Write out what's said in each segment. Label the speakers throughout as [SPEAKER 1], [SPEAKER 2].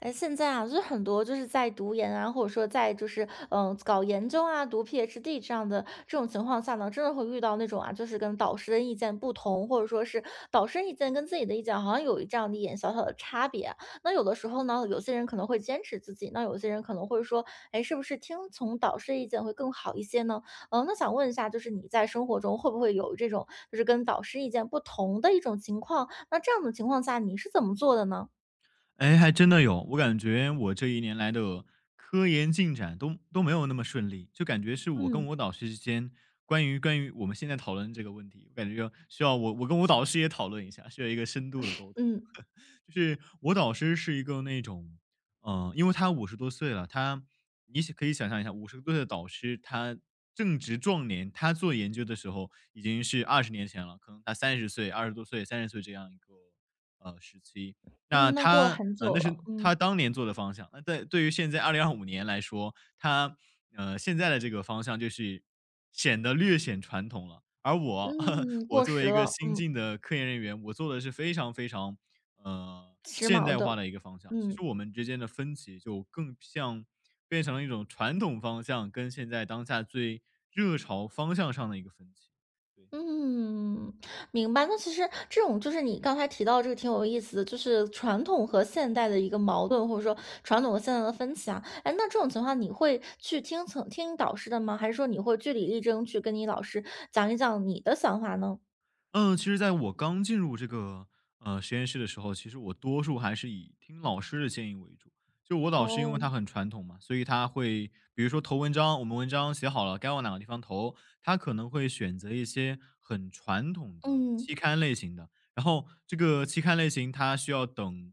[SPEAKER 1] 哎，现在啊，就是很多就是在读研啊，或者说在就是搞研究啊、读 PhD 这样的这种情况下呢，真的会遇到那种啊，就是跟导师的意见不同，或者说是导师意见跟自己的意见好像有一这样的一点小小的差别。那有的时候呢，有些人可能会坚持自己，那有些人可能会说，哎，是不是听从导师意见会更好一些呢？那想问一下，就是你在生活中会不会有这种就是跟导师意见不同的一种情况？那这样的情况下，你是怎么做的呢？
[SPEAKER 2] 哎，还真的有，我感觉我这一年来的科研进展都没有那么顺利，就感觉是我跟
[SPEAKER 1] 嗯
[SPEAKER 2] 我导师之间关于我们现在讨论这个问题，我感觉需要我跟我导师也讨论一下，需要一个深度的沟通。
[SPEAKER 1] 嗯。
[SPEAKER 2] 就是我导师是一个那种，因为他五十多岁了，他你想可以想象一下，50多岁的导师，他正值壮年，他做研究的时候已经是20年前了，可能他三十岁、20多岁、三十岁这样一个时期。那
[SPEAKER 1] 嗯，那过了
[SPEAKER 2] 他
[SPEAKER 1] 很久
[SPEAKER 2] 那
[SPEAKER 1] 了，
[SPEAKER 2] 是
[SPEAKER 1] 嗯。
[SPEAKER 2] 他当年做的方向。那在对于现在2025年来说，他，现在的这个方向就是显得略显传统了。而我
[SPEAKER 1] 嗯，
[SPEAKER 2] 我
[SPEAKER 1] 过
[SPEAKER 2] 作
[SPEAKER 1] 时
[SPEAKER 2] 为一个
[SPEAKER 1] 了，
[SPEAKER 2] 新
[SPEAKER 1] 嗯。
[SPEAKER 2] 进的科研人员，我做的是非常非常，
[SPEAKER 1] 时
[SPEAKER 2] 现
[SPEAKER 1] 髦
[SPEAKER 2] 代化
[SPEAKER 1] 的。
[SPEAKER 2] 的一个方向。其
[SPEAKER 1] 嗯。
[SPEAKER 2] 实我们之间的分歧就更像变成了一种传统方向跟现在当下最热潮方向上的一个分歧，对。
[SPEAKER 1] 嗯，明白。那其实这种就是你刚才提到这个挺有意思的，就是传统和现代的一个矛盾，或者说传统和现代的分歧啊。哎，那这种情况你会去听导师的吗？还是说你会据理力争去跟你老师讲一讲你的想法呢？
[SPEAKER 2] 嗯，其实在我刚进入这个实验室的时候，其实我多数还是以听老师的建议为主。就我老师，因
[SPEAKER 1] 哦。
[SPEAKER 2] 为他很传统嘛，所以他会比如说投文章，我们文章写好了，该往哪个地方投，他可能会选择一些很传统的
[SPEAKER 1] 嗯，
[SPEAKER 2] 期刊类型的，然后这个期刊类型它需要等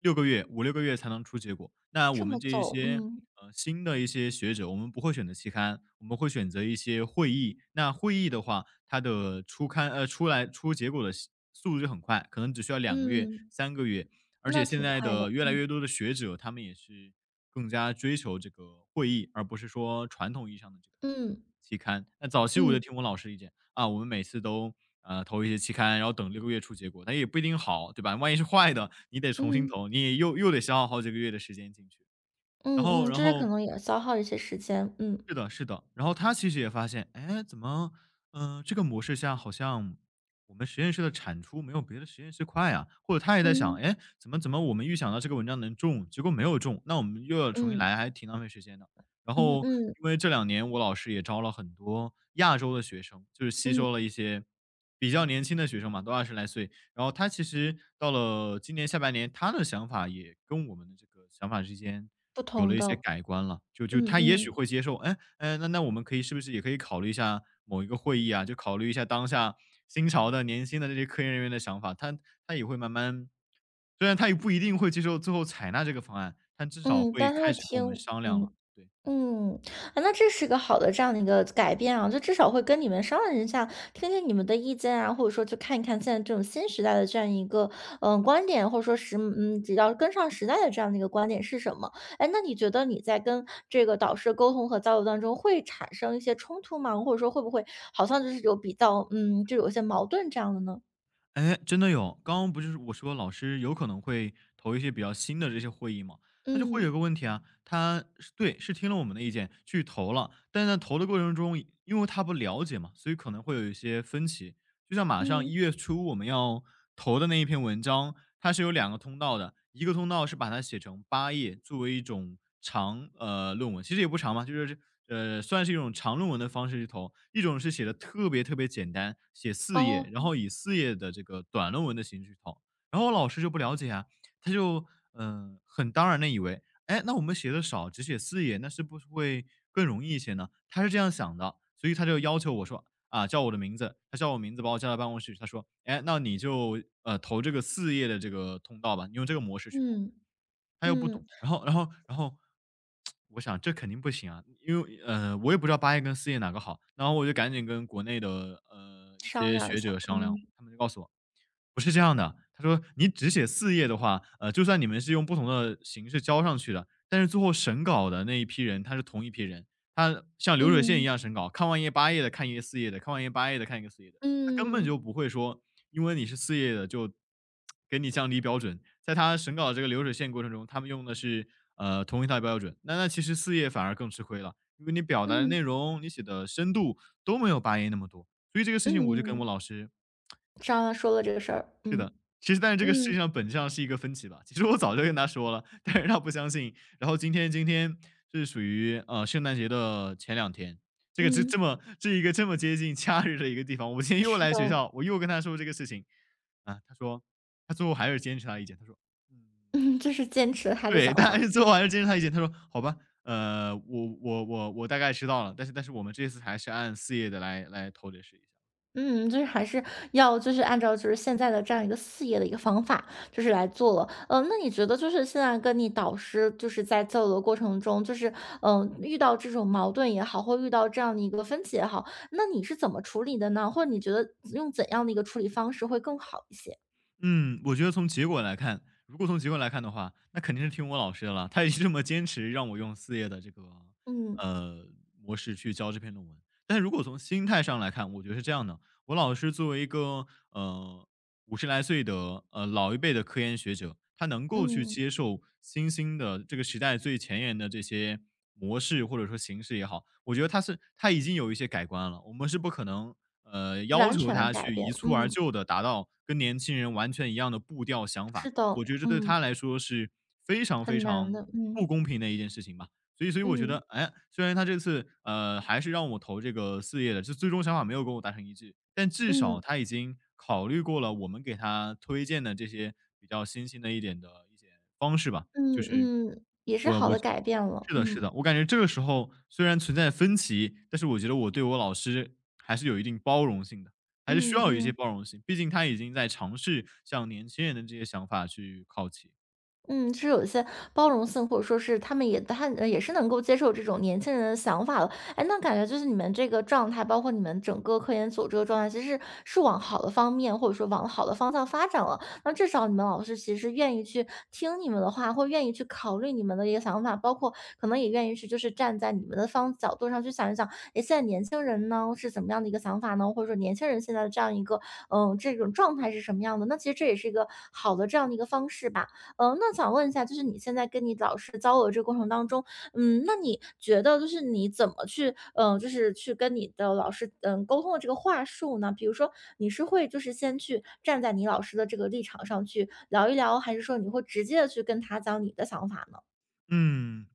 [SPEAKER 2] 六个月、五六个月才能出结果。那我
[SPEAKER 1] 这
[SPEAKER 2] 们
[SPEAKER 1] 么
[SPEAKER 2] 这一
[SPEAKER 1] 走。
[SPEAKER 2] 些，
[SPEAKER 1] 嗯。
[SPEAKER 2] 新的一些学者，我们不会选择期刊，我们会选择一些会议。那会议的话，它的出刊出来出结果的速度就很快，可能只需要2个月、
[SPEAKER 1] 嗯，
[SPEAKER 2] 3个月。而
[SPEAKER 1] 那
[SPEAKER 2] 且现
[SPEAKER 1] 挺
[SPEAKER 2] 在
[SPEAKER 1] 快的。
[SPEAKER 2] 的越来越
[SPEAKER 1] 嗯
[SPEAKER 2] 多的学者，他们也是更加追求这个会议，而不是说传统意义上的这个
[SPEAKER 1] 嗯
[SPEAKER 2] 期刊。那早期我就听
[SPEAKER 1] 嗯
[SPEAKER 2] 我老师意见啊，我们每次都投一些期刊，然后等六个月出结果，但也不一定好，对吧？万一是坏的，你得重新
[SPEAKER 1] 嗯。
[SPEAKER 2] 投，你也又得消耗好几个月的时间进去。然
[SPEAKER 1] 嗯
[SPEAKER 2] 后，
[SPEAKER 1] 嗯，
[SPEAKER 2] 然
[SPEAKER 1] 就是可
[SPEAKER 2] 后
[SPEAKER 1] 能也消耗一些时间，嗯。
[SPEAKER 2] 是的，是的。然后他其实也发现，哎，怎么，这个模式下好像我们实验室的产出没有别的实验室快啊？或者他也在想，
[SPEAKER 1] 嗯。
[SPEAKER 2] 哎，怎么我们预想到这个文章能中，结果没有中，那我们又要重新
[SPEAKER 1] 嗯。
[SPEAKER 2] 来，还挺浪费时间的。然
[SPEAKER 1] 嗯
[SPEAKER 2] 后，
[SPEAKER 1] 嗯
[SPEAKER 2] 因为这两年我老师也招了很多亚洲的学生，就是吸
[SPEAKER 1] 嗯。
[SPEAKER 2] 收了一些比较年轻的学生嘛，都20来岁，然后他其实到了今年下半年，他的想法也跟我们的这个想法之间
[SPEAKER 1] 不
[SPEAKER 2] 有了
[SPEAKER 1] 同
[SPEAKER 2] 一些
[SPEAKER 1] 的。
[SPEAKER 2] 改观了。就
[SPEAKER 1] 嗯
[SPEAKER 2] 他也许
[SPEAKER 1] 嗯。
[SPEAKER 2] 会接受，哎，那我们可以是不是也可以考虑一下某一个会议啊？就考虑一下当下新潮的年轻的这些科研人员的想法，他也会慢慢，虽然他也不一定会接受最后采纳这个方案，但至少
[SPEAKER 1] 嗯，
[SPEAKER 2] 会
[SPEAKER 1] 但他会
[SPEAKER 2] 开始跟
[SPEAKER 1] 听。
[SPEAKER 2] 我们商量了。
[SPEAKER 1] 嗯。
[SPEAKER 2] 对。
[SPEAKER 1] 嗯，啊那这是个好的这样的一个改变啊，就至少会跟你们商量一下，听听你们的意见啊，或者说去看一看现在这种新时代的这样一个观点，或者说只要跟上时代的这样的一个观点是什么？哎，那你觉得你在跟这个导师沟通和交流当中会产生一些冲突吗？或者说会不会好像就是有比较就有一些矛盾这样的呢？
[SPEAKER 2] 哎，真的有。刚刚不是我说老师有可能会投一些比较新的这些会议嘛，那就会有
[SPEAKER 1] 嗯
[SPEAKER 2] 个问题啊，他是对，是听了我们的意见去投了，但是在投的过程中，因为他不了解嘛，所以可能会有一些分歧。就像马上
[SPEAKER 1] 嗯。
[SPEAKER 2] 1月初我们要投的那一篇文章，它是有两个通道的，一个通道是把它写成八页，作为一种长论文，其实也不长嘛，就是算是一种长论文的方式去投；一种是写的特别特别简单，写四页，
[SPEAKER 1] 哦。
[SPEAKER 2] 然后以四页的这个短论文的形式去投。然后我老师就不了解啊，他就很当然的以为，哎，那我们写的少，只写四页，那是不是会更容易一些呢？他是这样想的，所以他就要求我说，啊，叫我的名字，他叫我名字把我叫到办公室去，他说："哎，那你就投这个四页的这个通道吧，你用这个模式去投。"
[SPEAKER 1] 嗯
[SPEAKER 2] 他又不懂，
[SPEAKER 1] 嗯，
[SPEAKER 2] 然后我想这肯定不行啊，因为我也不知道八页跟四页哪个好，然后我就赶紧跟国内的一
[SPEAKER 1] 商
[SPEAKER 2] 些
[SPEAKER 1] 量一
[SPEAKER 2] 学
[SPEAKER 1] 下。
[SPEAKER 2] 者商量，
[SPEAKER 1] 嗯。
[SPEAKER 2] 他们就告诉我，不是这样的，他说你只写四页的话，就算你们是用不同的形式交上去的，但是最后审稿的那一批人，他是同一批人，他像流水线一
[SPEAKER 1] 嗯
[SPEAKER 2] 样审稿，看完一页八页的，看一页四页的，看完一页八页的，看一个四页的，他根本
[SPEAKER 1] 嗯
[SPEAKER 2] 就
[SPEAKER 1] 嗯
[SPEAKER 2] 不会说，因为你是四页的就给你降低标准。在他审稿的这个流水线过程中，他们用的是，同一套标准，那其实四页反而更吃亏了，因为你表达的
[SPEAKER 1] 嗯。
[SPEAKER 2] 内容，你写的深度都没有八页那么多。所以这个事情我就跟我
[SPEAKER 1] 嗯
[SPEAKER 2] 老师
[SPEAKER 1] 张量说了这个事儿，
[SPEAKER 2] 是
[SPEAKER 1] 嗯。
[SPEAKER 2] 的，其实但是这个事
[SPEAKER 1] 嗯。
[SPEAKER 2] 情上本质上是一个分歧吧。其实我早就跟他说了，但是他不相信。然后今天是属于圣诞节的前两天，这个这这
[SPEAKER 1] 嗯，
[SPEAKER 2] 么这一个这么接近假日的一个地方，我今天又
[SPEAKER 1] 是
[SPEAKER 2] 来
[SPEAKER 1] 的。
[SPEAKER 2] 学校，我又跟他说这个事情啊，他说他最后还是坚持他的意见，他说嗯，
[SPEAKER 1] 嗯，就是坚持了他的
[SPEAKER 2] 对，
[SPEAKER 1] 想
[SPEAKER 2] 但
[SPEAKER 1] 法。
[SPEAKER 2] 还是最后还是坚持他意见，他说好吧。我大概知道了，但是我们这次还是按四页的来投这个试一下。
[SPEAKER 1] 嗯，就是还是要就是按照就是现在的这样一个事业的一个方法，就是来做了。嗯，那你觉得就是现在跟你导师就是在交流的过程中，就是遇到这种矛盾也好，或遇到这样的一个分歧也好，那你是怎么处理的呢？或者你觉得用怎样的一个处理方式会更好一些？
[SPEAKER 2] 嗯，我觉得从结果来看，如果从结果来看的话，那肯定是听我老师的了。他也是这么坚持让我用四页的这个
[SPEAKER 1] 嗯
[SPEAKER 2] 呃模式去教这篇论文。但是如果从心态上来看，我觉得是这样的：我老师作为一个50来岁的老一辈的科研学者，他能够去
[SPEAKER 1] 嗯。
[SPEAKER 2] 接受新兴的这个时代最前沿的这些模式或者说形式也好，我觉得他是已经有一些改观了。我们是不可能要
[SPEAKER 1] 完
[SPEAKER 2] 求
[SPEAKER 1] 全
[SPEAKER 2] 他
[SPEAKER 1] 改
[SPEAKER 2] 去
[SPEAKER 1] 变。
[SPEAKER 2] 一蹴而
[SPEAKER 1] 嗯，
[SPEAKER 2] 就的达到跟年轻人完全一样的步调想
[SPEAKER 1] 是
[SPEAKER 2] 法，
[SPEAKER 1] 的。
[SPEAKER 2] 我觉得这对
[SPEAKER 1] 嗯。
[SPEAKER 2] 他来说是非常非
[SPEAKER 1] 很难
[SPEAKER 2] 常
[SPEAKER 1] 的。
[SPEAKER 2] 不
[SPEAKER 1] 嗯。
[SPEAKER 2] 公平的一件事情吧。所以我觉得，
[SPEAKER 1] 嗯。
[SPEAKER 2] 哎，虽然他这次，还是让我投这个四页的，就最终想法没有跟我达成一致，但至少
[SPEAKER 1] 嗯。
[SPEAKER 2] 他已经考虑过了我们给他推荐的这些比较新兴的一点的一些，是吧？
[SPEAKER 1] 嗯嗯。也是好的改变了。
[SPEAKER 2] 是的是
[SPEAKER 1] 嗯。
[SPEAKER 2] 的，我感觉这个时候虽然存在分歧，但是我觉得我对我老师还是有一定包容性的，还是需要有一
[SPEAKER 1] 嗯
[SPEAKER 2] 些
[SPEAKER 1] 嗯。
[SPEAKER 2] 包容性，毕竟他已经在尝试向年轻人的这些想法去靠齐。
[SPEAKER 1] 嗯，是有一些包容性，或者说是他们也也是能够接受这种年轻人的想法了。哎，那感觉就是你们这个状态，包括你们整个科研组这个状态，其实是往好的方面，或者说往好的方向发展了。那至少你们老师其实愿意去听你们的话，或愿意去考虑你们的一个想法，包括可能也愿意去就是站在你们的角度上去想一想，哎，现在年轻人呢是怎么样的一个想法呢？或者说年轻人现在的这样一个这种状态是什么样的？那其实这也是一个好的这样的一个方式吧。嗯，那想问一下，就是你现在跟你老师交流这个过程当中，那你觉得就是你怎么去，就是去跟你的老师，沟通的这个话术呢？比如说，你是会就是先去站在你老师的这个立场上去聊一聊，还是说你会直接的去跟他讲你的想法呢？
[SPEAKER 2] 嗯，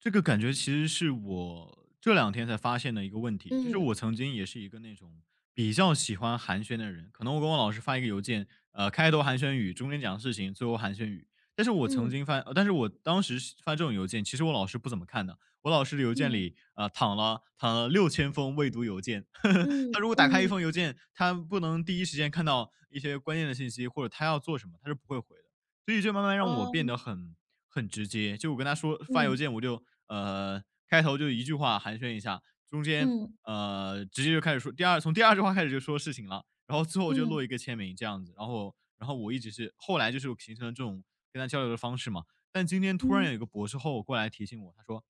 [SPEAKER 2] 这个感觉其实是我这两天才发现的一个问题，就是
[SPEAKER 1] 嗯
[SPEAKER 2] 我曾经也是一个那种比较喜欢寒暄的人，可能我跟我老师发一个邮件，开头寒暄语，中间讲事情，最后寒暄语。
[SPEAKER 1] 嗯
[SPEAKER 2] 但是我当时是发这种邮件，其实我老师不怎么看的。我老师的邮件
[SPEAKER 1] 嗯
[SPEAKER 2] 里，躺了6000封未读邮件。他
[SPEAKER 1] 嗯
[SPEAKER 2] 如果打开一
[SPEAKER 1] 嗯。
[SPEAKER 2] 封邮件，他不能第一时间看到一些关键的信息，或者他要做什么，他是不会回的。所以就慢慢让我
[SPEAKER 1] 哦。
[SPEAKER 2] 变得很直接。就我跟他说发邮
[SPEAKER 1] 嗯
[SPEAKER 2] 件，我就开头就一句话寒暄一下，中间
[SPEAKER 1] 嗯
[SPEAKER 2] 直接就开始说从第二句话开始就说事情了，然后最后就落
[SPEAKER 1] 嗯
[SPEAKER 2] 一个签名这样子。然后我一直是后来就是形成了这种跟他交流的方式嘛。但今天突然
[SPEAKER 1] 嗯
[SPEAKER 2] 有一个博士后过来提醒我，他说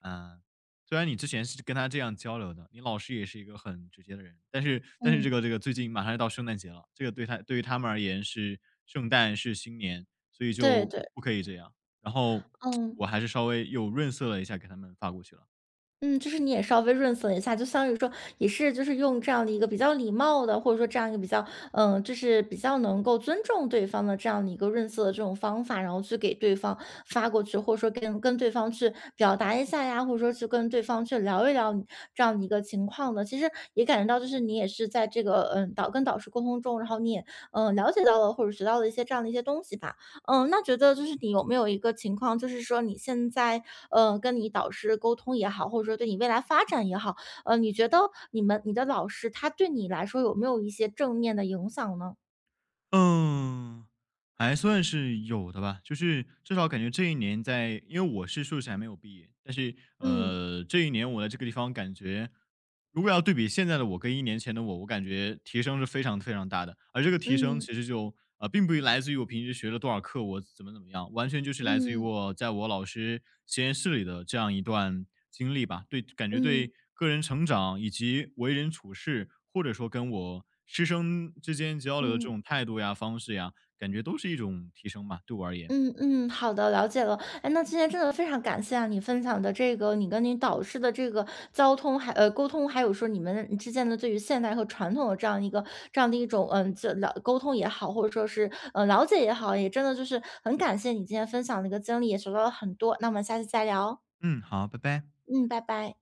[SPEAKER 2] 嗯，虽然你之前是跟他这样交流的，你老师也是一个很直接的人，但是
[SPEAKER 1] 嗯。
[SPEAKER 2] 这个最近马上要到圣诞节了，这个对他对于他们而言是圣诞是新年，所以
[SPEAKER 1] 对
[SPEAKER 2] 就
[SPEAKER 1] 对。
[SPEAKER 2] 不可以这样。然后我
[SPEAKER 1] 嗯。
[SPEAKER 2] 还是稍微又润色了一下给他们发过去了。
[SPEAKER 1] 嗯，就是你也稍微润色一下，就相当于说也是就是用这样的一个比较礼貌的，或者说这样一个比较，就是比较能够尊重对方的这样的一个润色的这种方法，然后去给对方发过去，或者说跟对方去表达一下呀，或者说去跟对方去聊一聊你这样的一个情况的。其实也感觉到，就是你也是在这个跟导师沟通中，然后你也了解到了或者学到了一些这样的一些东西吧。嗯，那觉得就是你有没有一个情况，就是说你现在，跟你导师沟通也好，或者说对你未来发展也好，你觉得你的老师他对你来说有没有一些正面的影响呢？
[SPEAKER 2] 嗯。还算是有的吧，就是至少感觉这一年在，因为我是硕士还没有毕业，但是
[SPEAKER 1] 嗯
[SPEAKER 2] 这一年我在这个地方感觉，如果要对比现在的我跟一年前的我，我感觉提升是非常非常大的。而这个提升
[SPEAKER 1] 嗯
[SPEAKER 2] 其实就并不来自于我平时学了多少课，我怎么怎么样，完全就是来自于
[SPEAKER 1] 嗯嗯
[SPEAKER 2] 我在我老师实验室里的这样一段经历吧。对，感觉对
[SPEAKER 1] 嗯
[SPEAKER 2] 个人成长以及为人处事，或者说跟我师生之间交流的这
[SPEAKER 1] 嗯。
[SPEAKER 2] 种态度呀、方式呀。感觉都是一种提升吧，对我而言。
[SPEAKER 1] 嗯嗯，好的，了解了。哎，那今天真的非常感谢啊，你分享的这个你跟你导师的这个交通还呃沟通，还有说你们之间的对于现代和传统的这样的一种嗯这了沟通也好，或者说是了解也好，也真的就是很感谢你今天分享的一个经历，也学到了很多。那我们下次再聊。
[SPEAKER 2] 嗯，好，拜拜。
[SPEAKER 1] 嗯，拜拜。